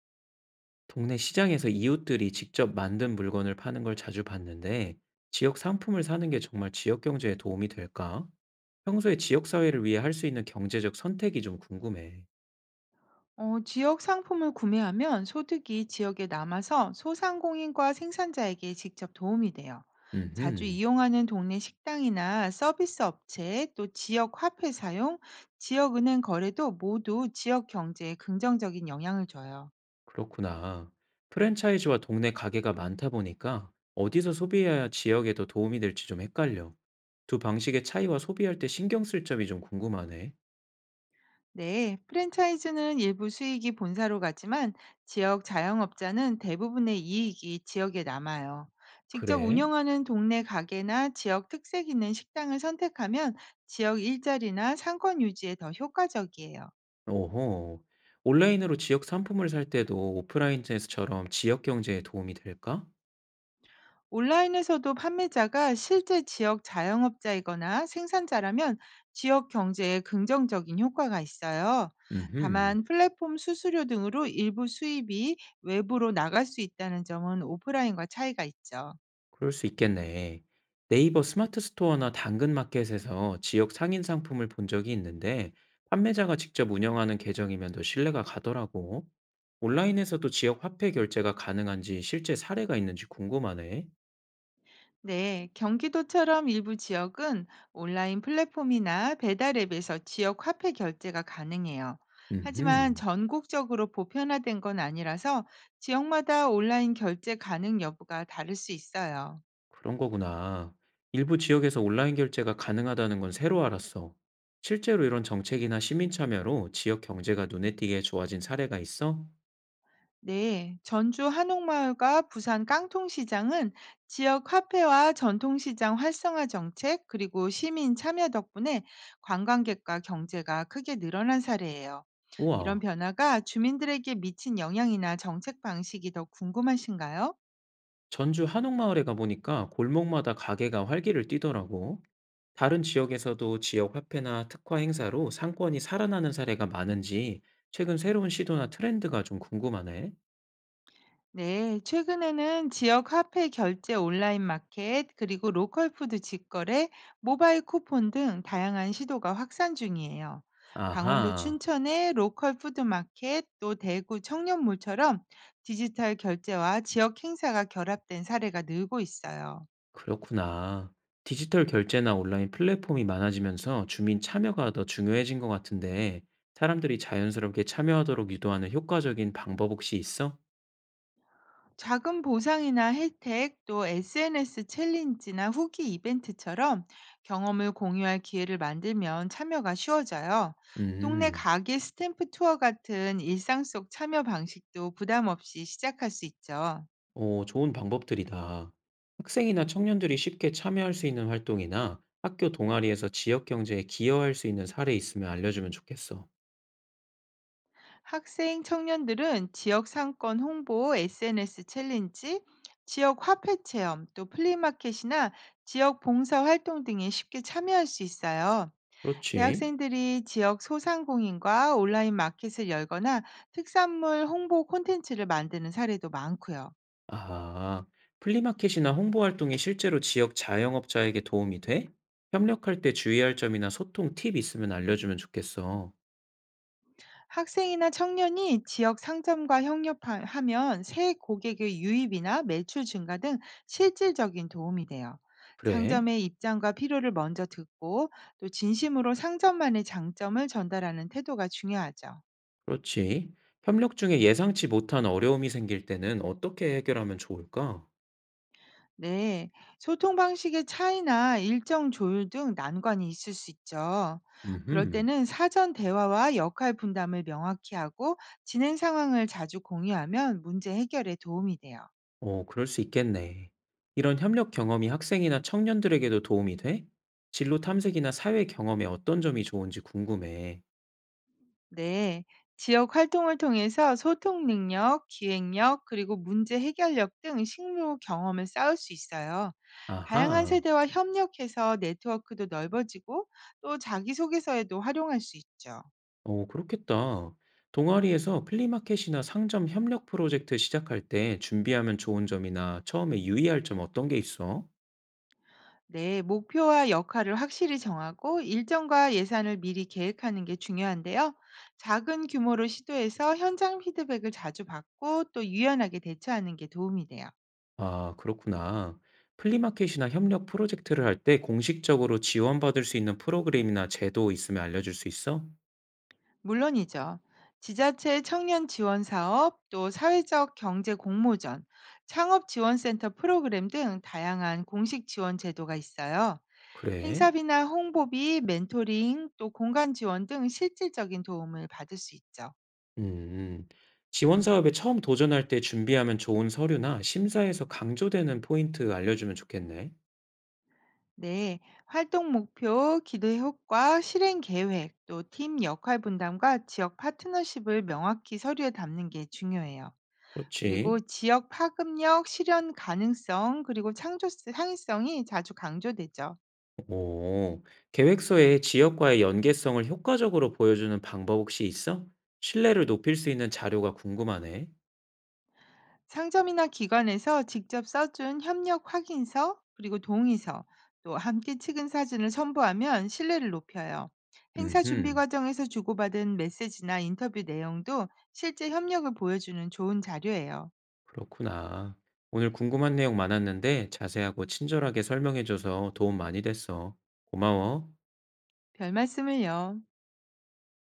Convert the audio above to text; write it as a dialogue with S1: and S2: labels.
S1: 동네 시장에서 이웃들이 직접 만든 물건을 파는 걸 자주 봤는데, 지역 상품을 사는 게 정말 지역 경제에 도움이 될까? 평소에 지역 사회를 위해 할 수 있는 경제적 선택이 좀 궁금해.
S2: 지역 상품을 구매하면 소득이 지역에 남아서 소상공인과 생산자에게 직접 도움이 돼요. 자주
S1: 음,
S2: 이용하는 동네 식당이나 서비스 업체, 또 지역 화폐 사용, 지역 은행 거래도 모두 지역 경제에 긍정적인 영향을 줘요.
S1: 그렇구나. 프랜차이즈와 동네 가게가 많다 보니까 어디서 소비해야 지역에도 도움이 될지 좀 헷갈려. 두 방식의 차이와 소비할 때 신경 쓸 점이 좀 궁금하네.
S2: 네, 프랜차이즈는 일부 수익이 본사로 가지만 지역 자영업자는 대부분의 이익이 지역에 남아요. 직접
S1: 그래?
S2: 운영하는 동네 가게나 지역 특색 있는 식당을 선택하면 지역 일자리나 상권 유지에 더 효과적이에요.
S1: 오호. 온라인으로 지역 상품을 살 때도 오프라인 에서처럼 지역 경제에 도움이 될까?
S2: 온라인에서도 판매자가 실제 지역 자영업자이거나 생산자라면 지역 경제에 긍정적인 효과가 있어요.
S1: 음흠,
S2: 다만 플랫폼 수수료 등으로 일부 수입이 외부로 나갈 수 있다는 점은 오프라인과 차이가 있죠.
S1: 그럴 수 있겠네. 네이버 스마트 스토어나 당근 마켓에서 지역 상인 상품을 본 적이 있는데, 판매자가 직접 운영하는 계정이면 더 신뢰가 가더라고. 온라인에서도 지역 화폐 결제가 가능한지 실제 사례가 있는지 궁금하네.
S2: 네, 경기도처럼 일부 지역은 온라인 플랫폼이나 배달 앱에서 지역 화폐 결제가 가능해요. 하지만
S1: 음흠,
S2: 전국적으로 보편화된 건 아니라서 지역마다 온라인 결제 가능 여부가 다를 수 있어요.
S1: 그런 거구나. 일부 지역에서 온라인 결제가 가능하다는 건 새로 알았어. 실제로 이런 정책이나 시민 참여로 지역 경제가 눈에 띄게 좋아진 사례가 있어?
S2: 네, 전주 한옥마을과 부산 깡통시장은 지역 화폐와 전통시장 활성화 정책, 그리고 시민 참여 덕분에 관광객과 경제가 크게 늘어난 사례예요. 이런
S1: 우와.
S2: 변화가 주민들에게 미친 영향이나 정책 방식이 더 궁금하신가요?
S1: 전주 한옥마을에 가보니까 골목마다 가게가 활기를 띠더라고. 다른 지역에서도 지역 화폐나 특화 행사로 상권이 살아나는 사례가 많은지 최근 새로운 시도나 트렌드가 좀 궁금하네.
S2: 네, 최근에는 지역 화폐 결제 온라인 마켓, 그리고 로컬 푸드 직거래, 모바일 쿠폰 등 다양한 시도가 확산 중이에요. 강원도
S1: 아하,
S2: 춘천의 로컬 푸드 마켓, 또 대구 청년몰처럼 디지털 결제와 지역 행사가 결합된 사례가 늘고 있어요.
S1: 그렇구나. 디지털 결제나 온라인 플랫폼이 많아지면서 주민 참여가 더 중요해진 것 같은데 사람들이 자연스럽게 참여하도록 유도하는 효과적인 방법 혹시 있어?
S2: 작은 보상이나 혜택, 또 SNS 챌린지나 후기 이벤트처럼 경험을 공유할 기회를 만들면 참여가 쉬워져요. 동네
S1: 음.
S2: 가게 스탬프 투어 같은 일상 속 참여 방식도 부담 없이 시작할 수 있죠.
S1: 어, 좋은 방법들이다. 학생이나 청년들이 쉽게 참여할 수 있는 활동이나 학교 동아리에서 지역 경제에 기여할 수 있는 사례 있으면 알려주면 좋겠어.
S2: 학생 청년들은 지역 상권 홍보, SNS 챌린지, 지역 화폐 체험, 또 플리마켓이나 지역 봉사 활동 등에 쉽게 참여할 수 있어요.
S1: 그렇지.
S2: 대학생들이 지역 소상공인과 온라인 마켓을 열거나 특산물 홍보 콘텐츠를 만드는 사례도 많고요.
S1: 아, 플리마켓이나 홍보 활동이 실제로 지역 자영업자에게 도움이 돼? 협력할 때 주의할 점이나 소통 팁 있으면 알려주면 좋겠어.
S2: 학생이나 청년이 지역 상점과 협력하면 새 고객의 유입이나 매출 증가 등 실질적인 도움이 돼요.
S1: 그래.
S2: 상점의 입장과 필요를 먼저 듣고 또 진심으로 상점만의 장점을 전달하는 태도가 중요하죠.
S1: 그렇지. 협력 중에 예상치 못한 어려움이 생길 때는 어떻게 해결하면 좋을까?
S2: 네, 소통 방식의 차이나 일정 조율 등 난관이 있을 수 있죠. 그럴
S1: 음흠.
S2: 때는 사전 대화와 역할 분담을 명확히 하고 진행 상황을 자주 공유하면 문제 해결에 도움이 돼요.
S1: 어, 그럴 수 있겠네. 이런 협력 경험이 학생이나 청년들에게도 도움이 돼? 진로 탐색이나 사회 경험에 어떤 점이 좋은지 궁금해.
S2: 네, 지역 활동을 통해서 소통 능력, 기획력, 그리고 문제 해결력 등 실무 경험을 쌓을 수 있어요. 다양한
S1: 아하,
S2: 세대와 협력해서 네트워크도 넓어지고 또 자기소개서에도 활용할 수 있죠.
S1: 어, 그렇겠다. 동아리에서 플리마켓이나 상점 협력 프로젝트 시작할 때 준비하면 좋은 점이나 처음에 유의할 점 어떤 게 있어?
S2: 네, 목표와 역할을 확실히 정하고 일정과 예산을 미리 계획하는 게 중요한데요. 작은 규모로 시도해서 현장 피드백을 자주 받고 또 유연하게 대처하는 게 도움이 돼요.
S1: 아, 그렇구나. 플리마켓이나 협력 프로젝트를 할 때 공식적으로 지원받을 수 있는 프로그램이나 제도 있으면 알려줄 수 있어?
S2: 물론이죠. 지자체 청년 지원 사업, 또 사회적 경제 공모전, 창업 지원센터 프로그램 등 다양한 공식 지원 제도가 있어요.
S1: 그래.
S2: 행사비나 홍보비, 멘토링, 또 공간 지원 등 실질적인 도움을 받을 수 있죠.
S1: 음. 지원 사업에 처음 도전할 때 준비하면 좋은 서류나 심사에서 강조되는 포인트 알려주면 좋겠네.
S2: 네, 활동 목표, 기대 효과, 실행 계획, 또 팀 역할 분담과 지역 파트너십을 명확히 서류에 담는 게 중요해요. 그리고
S1: 그렇지.
S2: 지역 파급력, 실현 가능성, 그리고 창조 상의성이 자주 강조되죠.
S1: 오. 계획서에 지역과의 연계성을 효과적으로 보여주는 방법 혹시 있어? 신뢰를 높일 수 있는 자료가 궁금하네.
S2: 상점이나 기관에서 직접 써준 협력 확인서, 그리고 동의서, 또 함께 찍은 사진을 첨부하면 신뢰를 높여요. 행사 준비
S1: 음.
S2: 과정에서 주고받은 메시지나 인터뷰 내용도 실제 협력을 보여주는 좋은 자료예요.
S1: 그렇구나. 오늘 궁금한 내용 많았는데 자세하고 친절하게 설명해줘서 도움 많이 됐어. 고마워.
S2: 별말씀을요.